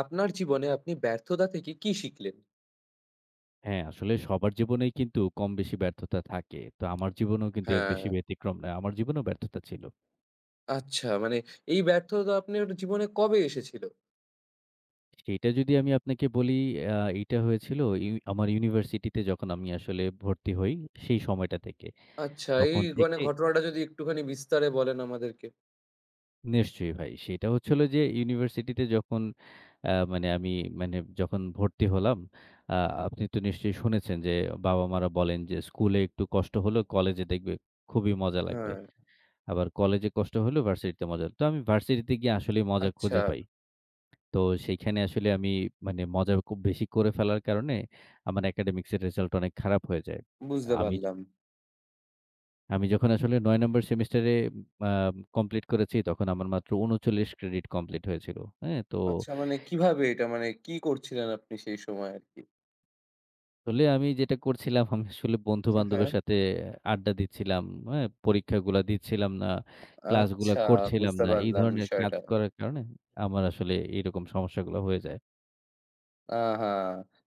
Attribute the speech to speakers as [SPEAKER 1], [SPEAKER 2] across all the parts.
[SPEAKER 1] আপনার জীবনে আপনি ব্যর্থতা থেকে কি শিখলেন?
[SPEAKER 2] হ্যাঁ, আসলে সবার জীবনেই কিন্তু কম বেশি ব্যর্থতা থাকে। তো আমার জীবনেও কিন্তু এর বেশি
[SPEAKER 1] হ্যাঁ,
[SPEAKER 2] ব্যতিক্রম না। আমার জীবনেও ব্যর্থতা ছিল।
[SPEAKER 1] আচ্ছা মানে এই ব্যর্থতা আপনার জীবনে কবে এসেছিল?
[SPEAKER 2] সেইটা যদি আমি আপনাকে বলি এইটা হয়েছিল আমার ইউনিভার্সিটিতে যখন আমি আসলে ভর্তি হই সেই সময়টা থেকে।
[SPEAKER 1] আচ্ছা এই
[SPEAKER 2] তখন
[SPEAKER 1] মানে
[SPEAKER 2] থেকে
[SPEAKER 1] ঘটনাটা যদি একটুখানি বিস্তারে বলেন আমাদেরকে।
[SPEAKER 2] নিশ্চয়ই ভাই। সেটা হচ্ছে হলো যে ইউনিভার্সিটিতে যখন মানে আমি মানে যখন ভর্তি হলাম আ আপনি তো নিশ্চয়ই শুনেছেন যে বাবা-মারা বলেন যে, "স্কুলে একটু কষ্ট হলেও কলেজে দেখবে খুবই মজা লাগবে।"
[SPEAKER 1] হ্যাঁ,
[SPEAKER 2] আবার কলেজে কষ্ট হলেও ভার্সিটিতে মজা। তো আমি ভার্সিটিতে গিয়ে আসলেই মজা
[SPEAKER 1] আচ্ছা
[SPEAKER 2] খুঁজে পাই। তো সেইখানে আসলে আমি মানে মজা খুব বেশি করে ফেলার কারণে আমার একাডেমিক্স এর রেজাল্ট অনেক খারাপ হয়ে যায়।
[SPEAKER 1] বুঝতে
[SPEAKER 2] আমি
[SPEAKER 1] পারলাম।
[SPEAKER 2] আমি যখন আসলে ৯ নম্বর সেমিস্টারে আ কমপ্লিট করেছি তখন আমার মাত্র ৩৯ ক্রেডিট কমপ্লিট হয়েছিল। হ্যাঁ? তো
[SPEAKER 1] আচ্ছা মানে কিভাবে এটা মানে কি করছিলেন আপনি সেই সময় আরকি?
[SPEAKER 2] আসলে আমি যেটা করছিলাম আমি আসলে
[SPEAKER 1] হ্যাঁ,
[SPEAKER 2] বন্ধু-বান্ধবের
[SPEAKER 1] হ্যাঁ।
[SPEAKER 2] সাথে আড্ডা দিচ্ছিলাম, হ্যাঁ? পরীক্ষাগুলা দিচ্ছিলাম না, ক্লাসগুলা
[SPEAKER 1] আচ্ছা
[SPEAKER 2] করছিলাম
[SPEAKER 1] বুঝতে
[SPEAKER 2] না। এই
[SPEAKER 1] পারলাম
[SPEAKER 2] ধরনের কাজ
[SPEAKER 1] বিষয়টা।
[SPEAKER 2] করার কারণে আমার আসলে এইরকম সমস্যাগুলো হয়ে যায়।
[SPEAKER 1] আহা!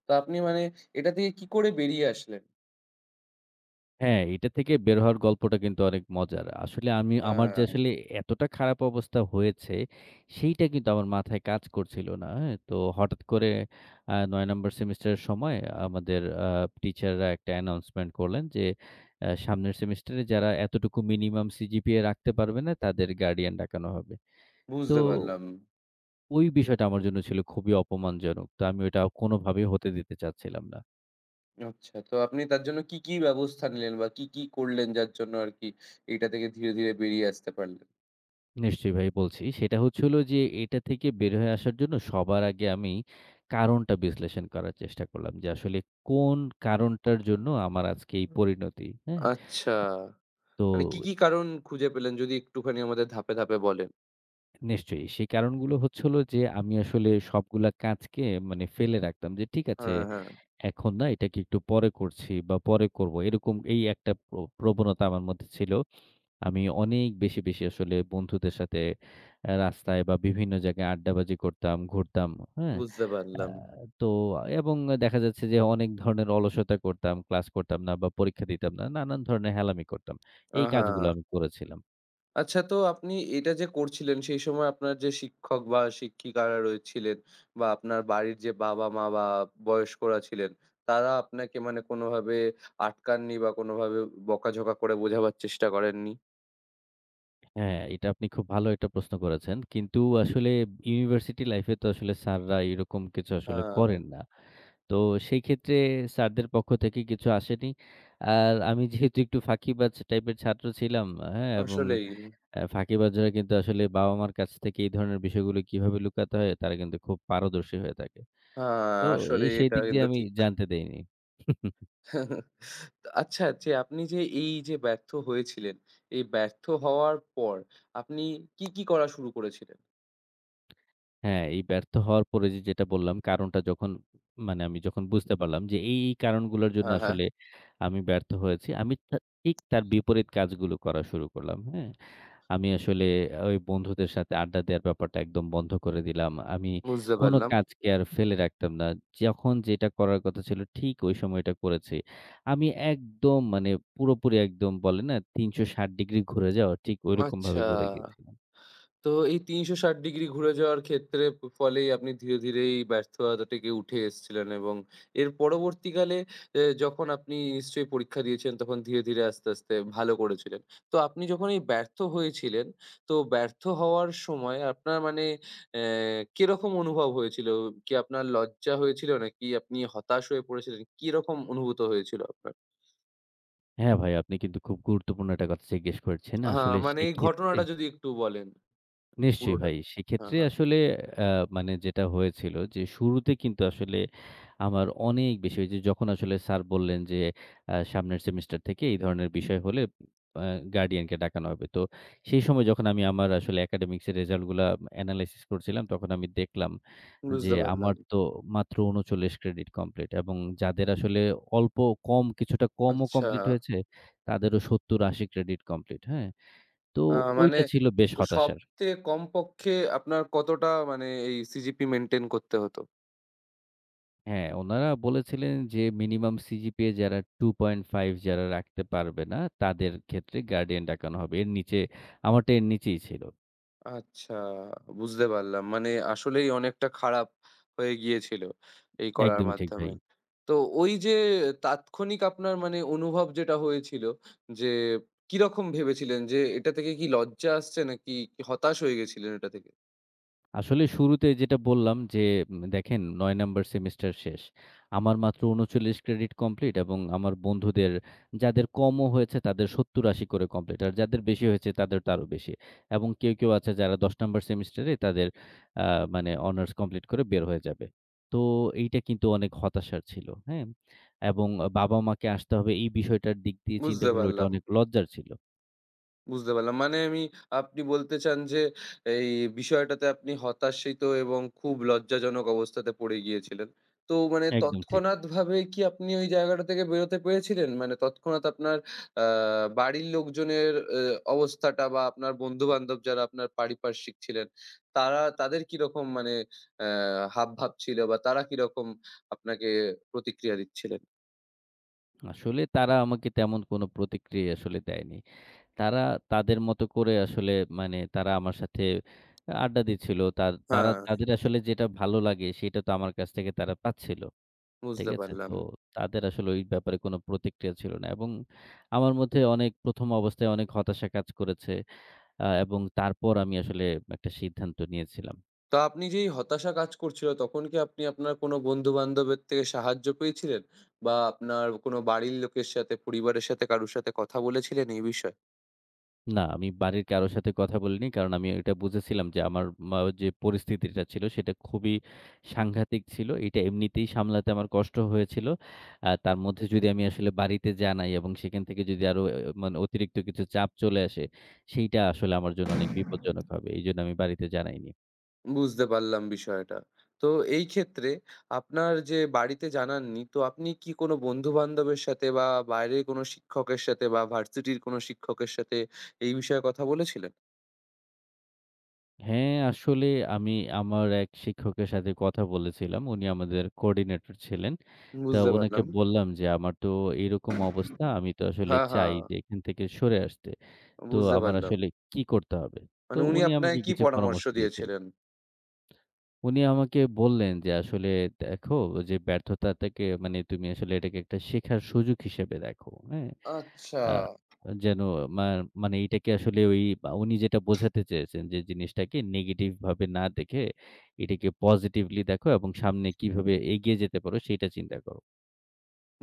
[SPEAKER 1] তো আপনি মানে এটা থেকে কি করে বেরিয়ে আসলেন?
[SPEAKER 2] হ্যাঁ, এটা থেকে বের হওয়ার গল্পটা কিন্তু অনেক মজার। আসলে আমি আমার যে
[SPEAKER 1] হ্যাঁ,
[SPEAKER 2] আসলে এতটা খারাপ অবস্থা হয়েছে, সেইটা কিন্তু আমার মাথায় কাজ করছিল না। হ্যাঁ? তো হঠাৎ করে আ ৯ নাম্বার সেমেস্টারের সময় আমাদের টিচাররা একটা অ্যানাউন্সমেন্ট করলেন যে, সামনের সেমেস্টারে যারা এতটুকু মিনিমাম সিজিপিএ রাখতে পারবে না, তাদের গার্ডিয়ান ডাকানো হবে। তো
[SPEAKER 1] বুঝতে পারলাম।
[SPEAKER 2] ওই বিষয়টা আমার জন্য ছিল খুবই অপমানজনক। তো আমি ওইটা কোনোভাবেই হতে দিতে চাচ্ছিলাম না।
[SPEAKER 1] আচ্ছা। তো আপনি তার জন্য কি, কি ব্যবস্থা নিলেন বা কি, কি করলেন যার জন্য আরকি এইটা থেকে ধীরে, ধীরে বেরিয়ে আসতে পারলেন?
[SPEAKER 2] নিশ্চয়ই ভাই বলছি। সেটা হচ্ছে হলো যে এটা থেকে বের হয়ে আসার জন্য সবার আগে আমি কারণটা বিশ্লেষণ করার চেষ্টা করলাম যে আসলে কোন কারণটার জন্য আমার আজকে এই পরিণতি, হ্যাঁ?
[SPEAKER 1] আচ্ছা।
[SPEAKER 2] তো
[SPEAKER 1] মানে কি, কি কারণ খুঁজে পেলেন যদি একটুখানি আমাদের ধাপে, ধাপে বলেন?
[SPEAKER 2] নিশ্চয়ই সেই কারণগুলো হচ্ছে হলো যে আমি আসলে সবগুলা কাজকে মানে ফেলে রাখতাম যে ঠিক আছে
[SPEAKER 1] হ্যাঁ, হ্যাঁ।
[SPEAKER 2] এখন না এটাকে একটু পরে করছি বা পরে করব। এরকম এই একটা প্রবণতা আমার মধ্যে ছিল। আমি অনেক বেশি, বেশি আসলে বন্ধুদের সাথে রাস্তায় বা বিভিন্ন জায়গায় আড্ডাবাজি করতাম, ঘুরতাম, হ্যাঁ?
[SPEAKER 1] বুঝতে
[SPEAKER 2] আ
[SPEAKER 1] পারলাম।
[SPEAKER 2] তো এবং দেখা যাচ্ছে যে অনেক ধরনের অলসতা করতাম, ক্লাস করতাম না বা পরীক্ষা দিতাম না। নানান ধরনের হেলামি করতাম। এই
[SPEAKER 1] হ্যাঁ।
[SPEAKER 2] কাজগুলো আমি করেছিলাম।
[SPEAKER 1] আচ্ছা তো আপনি এটা যে করছিলেন সেই সময় আপনার যে শিক্ষক বা শিক্ষিকারা রয়েছিলেন বা আপনার বাড়ির যে বাবা-মা বা বয়স্করা ছিলেন, তারা আপনাকে মানে কোনোভাবে আটকাননি বা কোনোভাবে বকাঝকা করে বোঝাবার চেষ্টা করেননি?
[SPEAKER 2] হ্যাঁ, এটা আপনি খুব ভালো একটা প্রশ্ন করেছেন। কিন্তু আসলে ইউনিভার্সিটি লাইফ এ তো আসলে স্যাররা এরকম কিছু আসলে
[SPEAKER 1] হ্যাঁ,
[SPEAKER 2] করেন না। তো সেই ক্ষেত্রে স্যারদের পক্ষ থেকে কিছু আসেনি। আর আমি যেহেতু একটু ফাঁকিবাজ টাইপের ছাত্র ছিলাম, হ্যাঁ? এবং
[SPEAKER 1] আসলেই।
[SPEAKER 2] ফাঁকিবাজরা কিন্তু আসলে বাবা-মার কাছ থেকে এই ধরনের বিষয়গুলো কিভাবে লুকাতে হয় তারা কিন্তু খুব পারদর্শী হয়ে থাকে।
[SPEAKER 1] হ্যাঁ,
[SPEAKER 2] তো
[SPEAKER 1] আসলে
[SPEAKER 2] এই সেই
[SPEAKER 1] এটা
[SPEAKER 2] দিক দিয়ে
[SPEAKER 1] কিন্তু
[SPEAKER 2] আমি
[SPEAKER 1] ঠিক।
[SPEAKER 2] জানতে দেইনি।
[SPEAKER 1] তো আচ্ছা যে আপনি যে এই যে ব্যর্থ হয়েছিলেন, এই ব্যর্থ হওয়ার পর আপনি কি, কি করা শুরু করেছিলেন?
[SPEAKER 2] হ্যাঁ, এই ব্যর্থ হওয়ার পরে যেটা বললাম কারণটা যখন মানে আমি যখন বুঝতে পারলাম যে এই কারণগুলোর জন্য
[SPEAKER 1] হ্যাঁ, হ্যাঁ
[SPEAKER 2] আসলে আমি ব্যর্থ হয়েছি। আমি তা ঠিক তার বিপরীত কাজগুলো করা শুরু করলাম। হ্যাঁ? আমি আসলে ওই বন্ধুদের সাথে আড্ডা দেওয়ার ব্যাপারটা একদম বন্ধ করে দিলাম। আমি
[SPEAKER 1] বুঝতে
[SPEAKER 2] কোনো
[SPEAKER 1] পারলাম।
[SPEAKER 2] কাজকে আর ফেলে রাখতাম না। যখন যেটা করার কথা ছিল ঠিক ওই সময়টা করেছি। আমি একদম মানে পুরোপুরি একদম বলে না ৩৬০ ডিগ্রি ঘুরে যাওয়া ঠিক ঐরকমভাবে
[SPEAKER 1] আচ্ছা।
[SPEAKER 2] ঘুরে গিয়েছিলাম।
[SPEAKER 1] তো এই ৩৬০ ডিগ্রি ঘুরে যাওয়ার ক্ষেত্রে ফলেই আপনি ধীরে, ধীরে এই ব্যর্থতা থেকে উঠে এসেছিলেন এবং এর পরবর্তীকালে যখন আপনি নিশ্চয়ই পরীক্ষা দিয়েছেন তখন ধীরে, ধীরে আস্তে, আস্তে ভালো করেছিলেন। তো আপনি যখন এই ব্যর্থ হয়েছিলেন, তো ব্যর্থ হওয়ার সময় আপনার মানে অ্যা কিরকম অনুভব হয়েছিল? কি আপনার লজ্জা হয়েছিল নাকি আপনি হতাশ হয়ে পড়েছিলেন? কিরকম অনুভূত হয়েছিল আপনার?
[SPEAKER 2] হ্যাঁ, ভাই আপনি কিন্তু খুব গুরুত্বপূর্ণ একটা কথা জিজ্ঞেস করেছেন।
[SPEAKER 1] হ্যাঁ,
[SPEAKER 2] আসলে
[SPEAKER 1] মানে এই
[SPEAKER 2] সেক্ষেত্রে
[SPEAKER 1] ঘটনাটা যদি একটু বলেন, মানে
[SPEAKER 2] নিশ্চয়ই
[SPEAKER 1] পুরোটা।
[SPEAKER 2] ভাই।
[SPEAKER 1] হ্যাঁ,
[SPEAKER 2] সেক্ষেত্রে
[SPEAKER 1] হ্যাঁ
[SPEAKER 2] আসলে আ মানে যেটা হয়েছিল যে শুরুতে কিন্তু আসলে আমার অনেক বেশি ওই যে যখন আসলে স্যার বললেন যে সামনের সেমিস্টার থেকে এই ধরনের বিষয় হলে আ গার্ডিয়ানকে ডাকানো হবে। তো সেই সময় যখন আমি আমার আসলে একাডেমিক্স এর রেজাল্ট গুলা এনালাইসিস করছিলাম তখন আমি দেখলাম যে
[SPEAKER 1] বুঝতে পারলাম।
[SPEAKER 2] আমার তো মাত্র ৩৯ ক্রেডিট কমপ্লিট এবং যাদের আসলে অল্প কম কিছুটা কমও
[SPEAKER 1] আচ্ছা।
[SPEAKER 2] কমপ্লিট হয়েছে, তাদেরও ৭০-৮০ ক্রেডিট কমপ্লিট, হ্যাঁ? তো
[SPEAKER 1] আ মানে
[SPEAKER 2] ওইটা ছিল বেশ
[SPEAKER 1] ও
[SPEAKER 2] হতাশার।
[SPEAKER 1] সপ্তাহে কমপক্ষে আপনার কতটা মানে এই সিজিপি মেইনটেইন করতে হতো?
[SPEAKER 2] হ্যাঁ, উনারা বলেছিলেন যে মিনিমাম সিজিপিএ যারা ২.৫ যারা রাখতে পারবে না, তাদের ক্ষেত্রে গার্ডিয়ান ডাকানো হবে। এর নিচে আমারটা এর নিচেই ছিল।
[SPEAKER 1] আচ্ছা, বুঝতে পারলাম। মানে আসলেই অনেকটা খারাপ হয়ে গিয়েছিল এই করার
[SPEAKER 2] একদমই ঠিক
[SPEAKER 1] মাধ্যমে।
[SPEAKER 2] ভাই।
[SPEAKER 1] তো ওই যে তাৎক্ষণিক আপনার মানে অনুভব যেটা হয়েছিল যে কিরকম ভেবেছিলেন যে এটা থেকে কি লজ্জা আসছে নাকি কি হতাশ হয়ে গেছিলেন এটা থেকে?
[SPEAKER 2] আসলে শুরুতে যেটা বললাম যে দেখেন ৯ নাম্বার সেমিস্টার শেষ। আমার মাত্র ৩৯ ক্রেডিট কমপ্লিট এবং আমার বন্ধুদের যাদের কমও হয়েছে তাদের ৭০-৮০ করে কমপ্লিট। আর যাদের বেশি হয়েছে তাদের তো আরও বেশি। এবং কেউ, কেউ আছে যারা ১০ নাম্বার সেমিস্টারে তাদের আ মানে অনার্স কমপ্লিট করে বের হয়ে যাবে। তো এইটা কিন্তু অনেক হতাশার ছিল, হ্যাঁ? এবং বাবা-মাকে আসতে হবে এই বিষয়টার দিক দিয়ে চিন্তা
[SPEAKER 1] বুঝতে
[SPEAKER 2] করলে ওইটা
[SPEAKER 1] পারলাম।
[SPEAKER 2] অনেক লজ্জার ছিল।
[SPEAKER 1] বুঝতে পারলাম। মানে আমি আপনি বলতে চান যে, এই বিষয়টাতে আপনি হতাশিত এবং খুব লজ্জাজনক অবস্থাতে পড়ে গিয়েছিলেন। তো মানে
[SPEAKER 2] একদম ঠিক।
[SPEAKER 1] তৎক্ষণাৎভাবে কি আপনি ওই জায়গাটা থেকে বেরোতে পেরেছিলেন? মানে তৎক্ষণাৎ আপনার আ বাড়ির লোকজনের এ অবস্থাটা বা আপনার বন্ধু-বান্ধব যারা আপনার পারিপার্শ্বিক ছিলেন, তারা তাদের কিরকম মানে অ্যা হাবভাব ছিল বা তারা কিরকম আপনাকে প্রতিক্রিয়া দিচ্ছিলেন?
[SPEAKER 2] আসলে তারা আমাকে তেমন কোনো প্রতিক্রিয়া আসলে দেয়নি। তারা তাদের মতো করে আসলে মানে তারা আমার সাথে আড্ডা দিচ্ছিল। তা তারা
[SPEAKER 1] হ্যাঁ,
[SPEAKER 2] তাদের আসলে যেটা ভালো লাগে সেটা তো আমার কাছ থেকে তারা পাচ্ছিল। ঠিক
[SPEAKER 1] বুঝতে
[SPEAKER 2] আছে? তো
[SPEAKER 1] পারলাম।
[SPEAKER 2] তাদের আসলে ওই ব্যাপারে কোনো প্রতিক্রিয়া ছিল না। এবং আমার মধ্যে অনেক ১ম অবস্থায় অনেক হতাশা কাজ করেছে। এবং তারপর আমি আসলে একটা সিদ্ধান্ত নিয়েছিলাম।
[SPEAKER 1] তা আপনি যে এই হতাশা কাজ করছিল তখন কি আপনি আপনার কোনো বন্ধু-বান্ধবের থেকে সাহায্য পেয়েছিলেন? বা আপনার কোনো বাড়ির লোকের সাথে, পরিবারের সাথে কারোর সাথে কথা বলেছিলেন এই বিষয়ে?
[SPEAKER 2] না, আমি বাড়ির কারো সাথে কথা বলিনি। কারণ আমি এটা বুঝেছিলাম যে আমার যে পরিস্থিতিটা ছিল সেটা খুবই সাংঘাতিক ছিল। এটা এমনিতেই সামলাতে আমার কষ্ট হয়েছিল। তার মধ্যে যদি আমি আসলে বাড়িতে জানাই এবং সেখান থেকে যদি আরো মানে অতিরিক্ত কিছু চাপ চলে আসে, সেইটা আসলে আমার জন্য অনেক বিপজ্জনক হবে। এইজন্য আমি বাড়িতে জানাইনি।
[SPEAKER 1] বুঝতে পারলাম বিষয়টা। তো এই ক্ষেত্রে আপনার যে বাড়িতে জানাননি, তো আপনি কি কোনো বন্ধু-বান্ধবের সাথে বা বাইরের কোনো শিক্ষকের সাথে বা ভার্সিটির কোনো শিক্ষকের সাথে এই বিষয়ে কথা বলেছিলেন?
[SPEAKER 2] হ্যাঁ, আসলে আমি আমার এক শিক্ষকের সাথে কথা বলেছিলাম। উনি আমাদের কোঅর্ডিনেটর ছিলেন। তা
[SPEAKER 1] বুঝতে
[SPEAKER 2] উনাকে
[SPEAKER 1] পারলাম।
[SPEAKER 2] বললাম যে, "আমার তো এইরকম অবস্থা। আমি তো আসলে
[SPEAKER 1] হ্যাঁ, হ্যাঁ,
[SPEAKER 2] চাই যে এখান থেকে সরে আসতে। তো
[SPEAKER 1] বুঝতে
[SPEAKER 2] আমার
[SPEAKER 1] পারলাম।
[SPEAKER 2] আসলে কি করতে হবে?" তো
[SPEAKER 1] মানে উনি
[SPEAKER 2] উনি
[SPEAKER 1] আপনাকে
[SPEAKER 2] আমাকে
[SPEAKER 1] কি
[SPEAKER 2] কিছু
[SPEAKER 1] পরামর্শ
[SPEAKER 2] পরামর্শ দিয়েছিলেন।
[SPEAKER 1] দিয়েছিলেন?
[SPEAKER 2] উনি আমাকে বললেন যে, "আসলে দেখো যে ব্যর্থতাটাকে মানে তুমি আসলে এটাকে একটা শেখার সুযোগ হিসেবে দেখো।" হ্যাঁ?
[SPEAKER 1] আচ্ছা।
[SPEAKER 2] আ যেন মা মানে এটাকে আসলে ওই বা উনি যেটা বোঝাতে চেয়েছেন যে জিনিসটাকে নেগেটিভ ভাবে না দেখে এটাকে পজিটিভলি দেখো এবং সামনে কিভাবে এগিয়ে যেতে পারো সেইটা চিন্তা করো।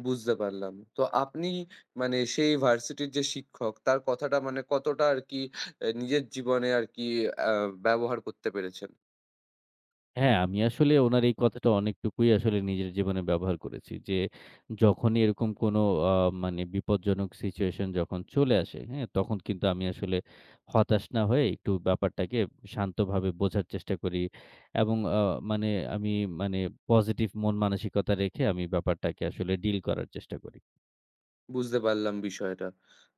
[SPEAKER 1] বুঝতে পারলাম। তো আপনি মানে সেই ভার্সিটির যে শিক্ষক তার কথাটা মানে কতটা আরকি নিজের জীবনে আরকি আ ব্যবহার করতে পেরেছেন।
[SPEAKER 2] হ্যাঁ, আমি আসলে উনার এই কথাটা অনেকটুকুই আসলে নিজের জীবনে ব্যবহার করেছি। যে যখনই এরকম কোনো আ মানে বিপজ্জনক সিচুয়েশন যখন চলে আসে, হ্যাঁ? তখন কিন্তু আমি আসলে হতাশ না হয়ে একটু ব্যাপারটাকে শান্তভাবে বোঝার চেষ্টা করি এবং মানে আমি মানে পজিটিভ মন মানসিকতা রেখে আমি ব্যাপারটাকে আসলে ডিল করার চেষ্টা করি।
[SPEAKER 1] বুঝতে পারলাম বিষয়টা।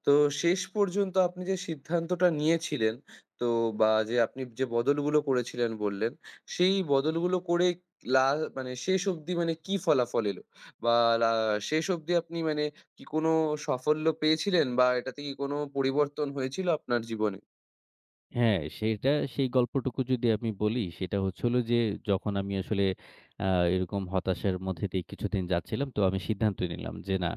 [SPEAKER 1] তো শেষ পর্যন্ত আপনি যে সিদ্ধান্তটা নিয়েছিলেন তো বা যে আপনি যে বদলগুলো করেছিলেন বললেন, সেই বদলগুলো করে লা মানে শেষ অবধি মানে কি ফলাফল এলো? বা লা শেষ অবধি আপনি মানে কি কোনো সাফল্য পেয়েছিলেন বা এটাতে কি কোনো পরিবর্তন হয়েছিল আপনার জীবনে?
[SPEAKER 2] হ্যাঁ, সেটা সেই গল্পটুকু যদি আমি বলি, সেটা হচ্ছে হলো যে যখন আমি আসলে আ এরকম হতাশার মধ্যে দিয়ে কিছুদিন যাচ্ছিলাম, তো আমি সিদ্ধান্ত নিলাম যে না,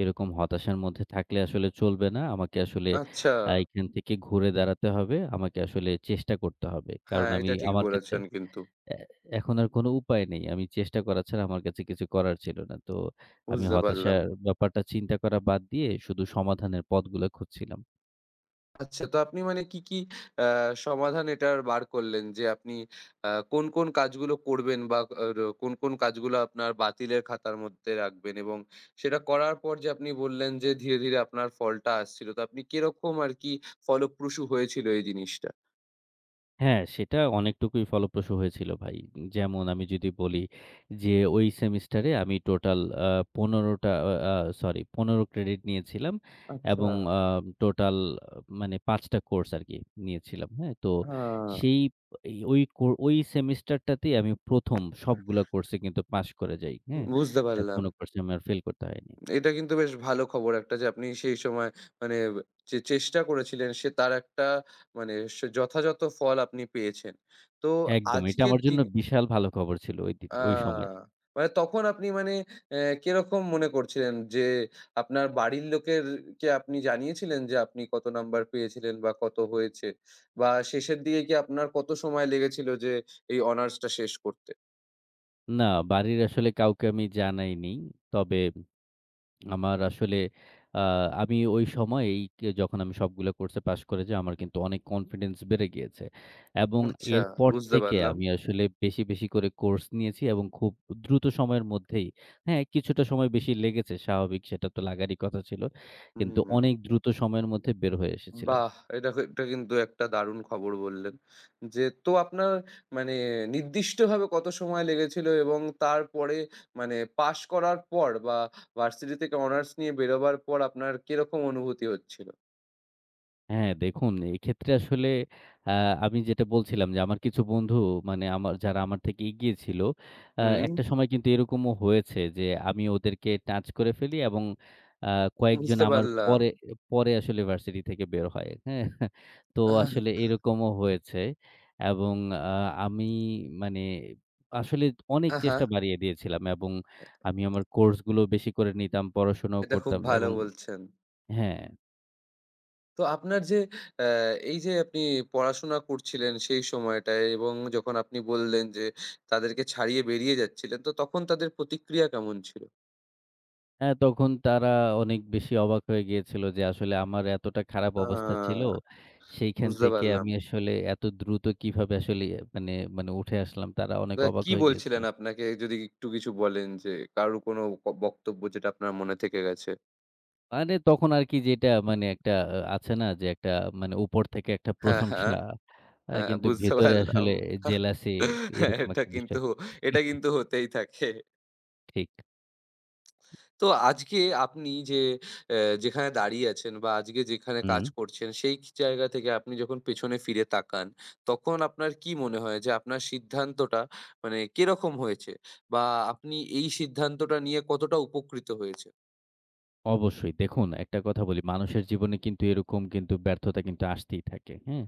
[SPEAKER 2] এরকম হতাশার মধ্যে থাকলে আসলে চলবে না। আমাকে আসলে
[SPEAKER 1] আচ্ছা।
[SPEAKER 2] এখান থেকে ঘুরে দাঁড়াতে হবে। আমাকে আসলে চেষ্টা করতে হবে। কারণ
[SPEAKER 1] হ্যাঁ,
[SPEAKER 2] আমি
[SPEAKER 1] এটা ঠিক
[SPEAKER 2] আমার কাছে
[SPEAKER 1] বলেছেন কিন্তু।
[SPEAKER 2] এ এখন আর কোনো উপায় নেই। আমি চেষ্টা করা ছাড়া আমার কাছে কিছু করার ছিল না। তো আমি
[SPEAKER 1] বুঝতে পারলাম।
[SPEAKER 2] হতাশার ব্যাপারটা চিন্তা করা বাদ দিয়ে শুধু সমাধানের পথগুলো খুঁজছিলাম।
[SPEAKER 1] আচ্ছা তো আপনি মানে কি, কি আ সমাধান এটার বার করলেন যে আপনি কোন, কোন কাজগুলো করবেন বা আর কোন, কোন কাজগুলো আপনার বাতিলের খাতার মধ্যে রাখবেন এবং সেটা করার পর যে আপনি বললেন যে ধীরে, ধীরে আপনার ফলটা আসছিল। তো আপনি কিরকম আরকি ফলপ্রসূ হয়েছিল এই জিনিসটা?
[SPEAKER 2] হ্যাঁ, সেটা অনেকটুকুই ফলপ্রসূ হয়েছিল ভাই। যেমন আমি যদি বলি যে, ওই সেমিস্টারে আমি টোটাল আ ১৫ টা আ আ সরি ১৫ ক্রেডিট নিয়েছিলাম
[SPEAKER 1] আচ্ছা,
[SPEAKER 2] এবং টোটাল মানে ৫ টা কোর্স আরকি নিয়েছিলাম। হ্যাঁ? তো
[SPEAKER 1] হ্যাঁ।
[SPEAKER 2] সেই এই ওই কো ওই সেমিস্টারটাতেই আমি ১ম সবগুলা কোর্সে কিন্তু পাস করে যাই। হ্যাঁ?
[SPEAKER 1] বুঝতে পারলাম।
[SPEAKER 2] কোনো কোর্সে আমার ফেল করতে হয়নি।
[SPEAKER 1] এটা কিন্তু বেশ ভালো খবর একটা যে আপনি সেই সময় মানে যে চেষ্টা করেছিলেন সে তার একটা মানে সে যথাযথ ফল আপনি পেয়েছেন। তো
[SPEAKER 2] একদম। এটা
[SPEAKER 1] আজকের
[SPEAKER 2] আমার জন্য
[SPEAKER 1] দিনে
[SPEAKER 2] বিশাল ভালো খবর ছিল ওইদিন, ওই সময়ে।
[SPEAKER 1] আ মানে তখন আপনি মানে কিরকম মনে করছিলেন যে আপনার বাড়ির লোকের আপনি জানিয়েছিলেন যে আপনি কত নাম্বার পেয়েছিলেন বা কত হয়েছে? বা শেষের দিকে কি আপনার কত সময় লেগেছিল যে এই অনার্সটা শেষ করতে?
[SPEAKER 2] না, বাড়ির আসলে কাউকে আমি জানাইনি। তবে আমার আসলে আ আমি ওই সময়েই যখন আমি সবগুলা কোর্সে পাশ করে যাই, আমার কিন্তু অনেক কনফিডেন্স বেড়ে গিয়েছে। এবং
[SPEAKER 1] আচ্ছা
[SPEAKER 2] এরপর
[SPEAKER 1] বুঝতে
[SPEAKER 2] থেকে
[SPEAKER 1] পারলাম।
[SPEAKER 2] আমি আসলে বেশি, বেশি করে কোর্স নিয়েছি এবং খুব দ্রুত সময়ের মধ্যেই হ্যাঁ, কিছুটা সময় বেশি লেগেছে স্বাভাবিক, সেটা তো লাগারই কথা ছিল। কিন্তু
[SPEAKER 1] হুম।
[SPEAKER 2] অনেক দ্রুত সময়ের মধ্যে বের হয়ে এসেছিলাম।
[SPEAKER 1] বাহ! এটা কিন্তু একটা দারুণ খবর বললেন। যে তো আপনার মানে নির্দিষ্টভাবে কত সময় লেগেছিল এবং তারপরে মানে পাস করার পর বা ভার্সিটি থেকে অনার্স নিয়ে বেরোবার পর আপনার কিরকম অনুভূতি হচ্ছিল?
[SPEAKER 2] হ্যাঁ, দেখুন এক্ষেত্রে আসলে আ আমি যেটা বলছিলাম যে আমার কিছু বন্ধু মানে আমার যারা আমার থেকে এগিয়ে ছিল, আ
[SPEAKER 1] হুম।
[SPEAKER 2] একটা সময় কিন্তু এরকমও হয়েছে যে আমি ওদেরকে টাচ করে ফেলি এবং আ কয়েকজন
[SPEAKER 1] বুঝতে
[SPEAKER 2] আমার
[SPEAKER 1] পারলাম।
[SPEAKER 2] পরে পরে আসলে ভার্সিটি থেকে বের হয়। হ্যাঁ? তো
[SPEAKER 1] আহা,
[SPEAKER 2] আসলে এরকমও হয়েছে এবং আ আমি মানে আসলে অনেক
[SPEAKER 1] আহা,
[SPEAKER 2] চেষ্টা বাড়িয়ে দিয়েছিলাম এবং আমি আমার কোর্সগুলো বেশি করে নিতাম, পড়াশোনাও
[SPEAKER 1] এটা খুব
[SPEAKER 2] করতাম
[SPEAKER 1] ভালো
[SPEAKER 2] এবং
[SPEAKER 1] বলছেন।
[SPEAKER 2] হ্যাঁ।
[SPEAKER 1] তো আপনার যে অ্যা এই যে আপনি পড়াশোনা করছিলেন সেই সময়টায় এবং যখন আপনি বললেন যে তাদেরকে ছাড়িয়ে বেরিয়ে যাচ্ছিলেন, তো তখন তাদের প্রতিক্রিয়া কেমন ছিল?
[SPEAKER 2] হ্যাঁ, তখন তারা অনেক বেশি অবাক হয়ে গিয়েছিল যে আসলে আমার এতটা খারাপ
[SPEAKER 1] আ
[SPEAKER 2] অবস্থা ছিল। সেইখান
[SPEAKER 1] বুঝতে
[SPEAKER 2] থেকে
[SPEAKER 1] পারলাম।
[SPEAKER 2] আমি আসলে এত দ্রুত কিভাবে আসলে মানে মানে উঠে আসলাম তারা অনেক
[SPEAKER 1] তা
[SPEAKER 2] অবাক
[SPEAKER 1] কি
[SPEAKER 2] হয়ে গিয়েছিল।
[SPEAKER 1] বলছিলেন আপনাকে যদি একটু কিছু বলেন যে কারো কোনো বক্তব্য যেটা আপনার মনে থেকে গেছে?
[SPEAKER 2] মানে তখন আরকি যেটা মানে একটা আছে না যে একটা মানে উপর থেকে একটা
[SPEAKER 1] হ্যাঁ, হ্যাঁ,
[SPEAKER 2] প্রশংসা
[SPEAKER 1] হ্যাঁ
[SPEAKER 2] কিন্তু
[SPEAKER 1] বুঝতে
[SPEAKER 2] ভেতরে
[SPEAKER 1] পারলাম।
[SPEAKER 2] আসলে জেলাসি
[SPEAKER 1] হ্যাঁ,
[SPEAKER 2] এরকম
[SPEAKER 1] এটা
[SPEAKER 2] একটা বিষয়।
[SPEAKER 1] কিন্তু এটা কিন্তু হতেই থাকে।
[SPEAKER 2] ঠিক।
[SPEAKER 1] তো আজকে আপনি যে অ্যা যেখানে দাঁড়িয়ে আছেন বা আজকে যেখানে
[SPEAKER 2] হুম।
[SPEAKER 1] কাজ করছেন সেই জায়গা থেকে আপনি যখন পেছনে ফিরে তাকান তখন আপনার কি মনে হয় যে আপনার সিদ্ধান্তটা মানে কিরকম হয়েছে? বা আপনি এই সিদ্ধান্তটা নিয়ে কতটা উপকৃত হয়েছেন?
[SPEAKER 2] অবশ্যই। দেখুন একটা কথা বলি, মানুষের জীবনে কিন্তু এরকম কিন্তু ব্যর্থতা কিন্তু আসতেই থাকে। হ্যাঁ?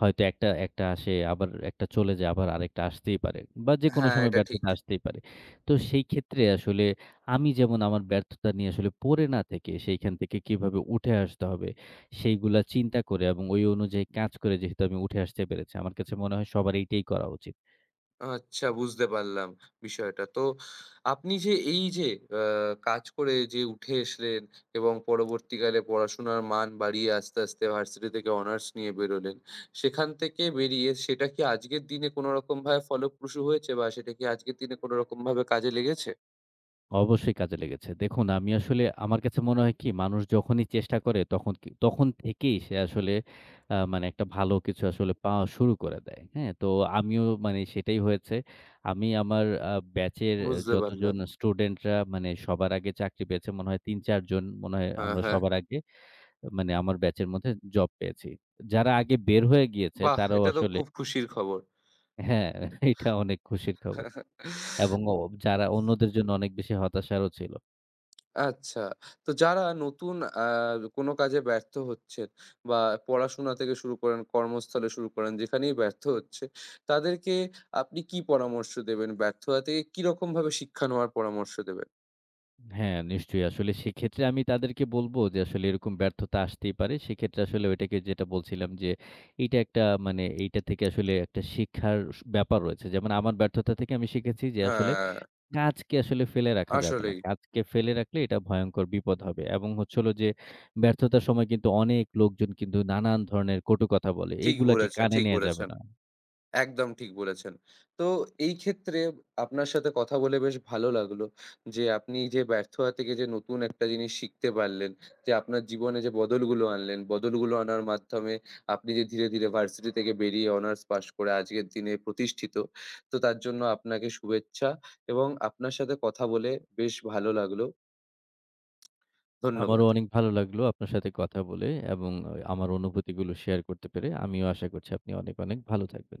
[SPEAKER 2] হয়তো একটা একটা আসে আবার একটা চলে যায়, আবার আরেকটা আসতেই পারে বা যেকোনো
[SPEAKER 1] হ্যাঁ,
[SPEAKER 2] সময়
[SPEAKER 1] এটা ঠিক।
[SPEAKER 2] ব্যর্থতা আসতেই পারে। তো সেই ক্ষেত্রে আসলে আমি যেমন আমার ব্যর্থতা নিয়ে আসলে পড়ে না থেকে সেইখান থেকে কিভাবে উঠে আসতে হবে সেইগুলা চিন্তা করে এবং ওই অনুযায়ী কাজ করে যেহেতু আমি উঠে আসতে পেরেছি, আমার কাছে মনে হয় সবার এইটাই করা উচিত।
[SPEAKER 1] আচ্ছা বুঝতে পারলাম বিষয়টা। তো আপনি যে এই যে আ কাজ করে যে উঠে এসলেন এবং পরবর্তীকালে পড়াশোনার মান বাড়িয়ে আস্তে, আস্তে ভার্সিটি থেকে অনার্স নিয়ে বেরোলেন। সেখান থেকে বেরিয়ে সেটা কি আজকের দিনে কোনো রকমভাবে ফলপ্রসূ হয়েছে বা সেটা কি আজকের দিনে কোনো রকমভাবে কাজে লেগেছে?
[SPEAKER 2] অবশ্যই কাজে লেগেছে। দেখুন আমি আসলে আমার কাছে মনে হয় কি মানুষ যখনই চেষ্টা করে তখন থেকেই সে আসলে মানে একটা ভালো কিছু আসলে পাওয়া শুরু করে দেয়। হ্যাঁ? তো আমিও মানে সেটাই হয়েছে। আমি আমার ব্যাচের
[SPEAKER 1] বুঝতে
[SPEAKER 2] যতজন
[SPEAKER 1] পারলাম।
[SPEAKER 2] স্টুডেন্টরা মানে সবার আগে চাকরি পেয়েছে মনে হয় ৩-৪ জন মনে হয়
[SPEAKER 1] হ্যাঁ,
[SPEAKER 2] আমরা
[SPEAKER 1] হ্যাঁ।
[SPEAKER 2] সবার আগে মানে আমার ব্যাচের মধ্যে জব পেয়েছি। যারা আগে বের হয়ে গিয়েছে
[SPEAKER 1] বাহ!
[SPEAKER 2] তারাও
[SPEAKER 1] এটা তো
[SPEAKER 2] আসলে
[SPEAKER 1] খুব খুশির খবর।
[SPEAKER 2] হ্যাঁ, এটা অনেক খুশির খবর এবং ও যারা অন্যদের জন্য অনেক বেশি হতাশারও ছিল।
[SPEAKER 1] আচ্ছা। তো যারা নতুন কোনো কাজে ব্যর্থ হচ্ছেন বা পড়াশোনা থেকে শুরু করেন, কর্মস্থলে শুরু করেন, যেখানেই ব্যর্থ হচ্ছে, তাদেরকে আপনি কি পরামর্শ দেবেন? ব্যর্থতা থেকে কিরকমভাবে শিক্ষা নেওয়ার পরামর্শ দেবেন?
[SPEAKER 2] হ্যাঁ, নিশ্চয়ই। আসলে সেক্ষেত্রে আমি তাদেরকে বলব যে আসলে এরকম ব্যর্থতা আসতেই পারে। সেক্ষেত্রে আসলে ওইটাকে যেটা বলছিলাম যে এইটা একটা মানে এইটা থেকে আসলে একটা শিক্ষার ব্যাপার রয়েছে। যেমন আমার ব্যর্থতা থেকে আমি শিখেছি যে আসলে
[SPEAKER 1] হ্যাঁ,
[SPEAKER 2] কাজকে আসলে ফেলে রাখা যাবে না।
[SPEAKER 1] আসলেই।
[SPEAKER 2] কাজকে ফেলে রাখলে এটা ভয়ংকর বিপদ হবে। এবং হচ্ছে হলো যে ব্যর্থতার সময় কিন্তু অনেক লোকজন কিন্তু নানান ধরনের কটু কথা বলে।
[SPEAKER 1] ঠিক
[SPEAKER 2] এগুলাকে
[SPEAKER 1] বলেছেন,
[SPEAKER 2] কানে
[SPEAKER 1] ঠিক
[SPEAKER 2] নেয়া যাবে
[SPEAKER 1] বলেছেন।
[SPEAKER 2] না।
[SPEAKER 1] একদম ঠিক বলেছেন। তো এই ক্ষেত্রে আপনার সাথে কথা বলে বেশ ভালো লাগলো যে, আপনি যে ব্যর্থতা থেকে যে নতুন একটা জিনিস শিখতে পারলেন, যে আপনার জীবনে যে বদলগুলো আনলেন, বদলগুলো আনার মাধ্যমে আপনি যে ধীরে, ধীরে ভার্সিটি থেকে বেরিয়ে অনার্স পাস করে আজকের দিনে প্রতিষ্ঠিত। তো তার জন্য আপনাকে শুভেচ্ছা এবং আপনার সাথে কথা বলে বেশ ভালো লাগলো।
[SPEAKER 2] আমারও
[SPEAKER 1] ধন্যবাদ।
[SPEAKER 2] অনেক ভালো লাগলো আপনার সাথে কথা বলে এবং আমার অনুভূতিগুলো শেয়ার করতে পেরে। আমিও আশা করছি আপনি অনেক, অনেক ভালো থাকবেন।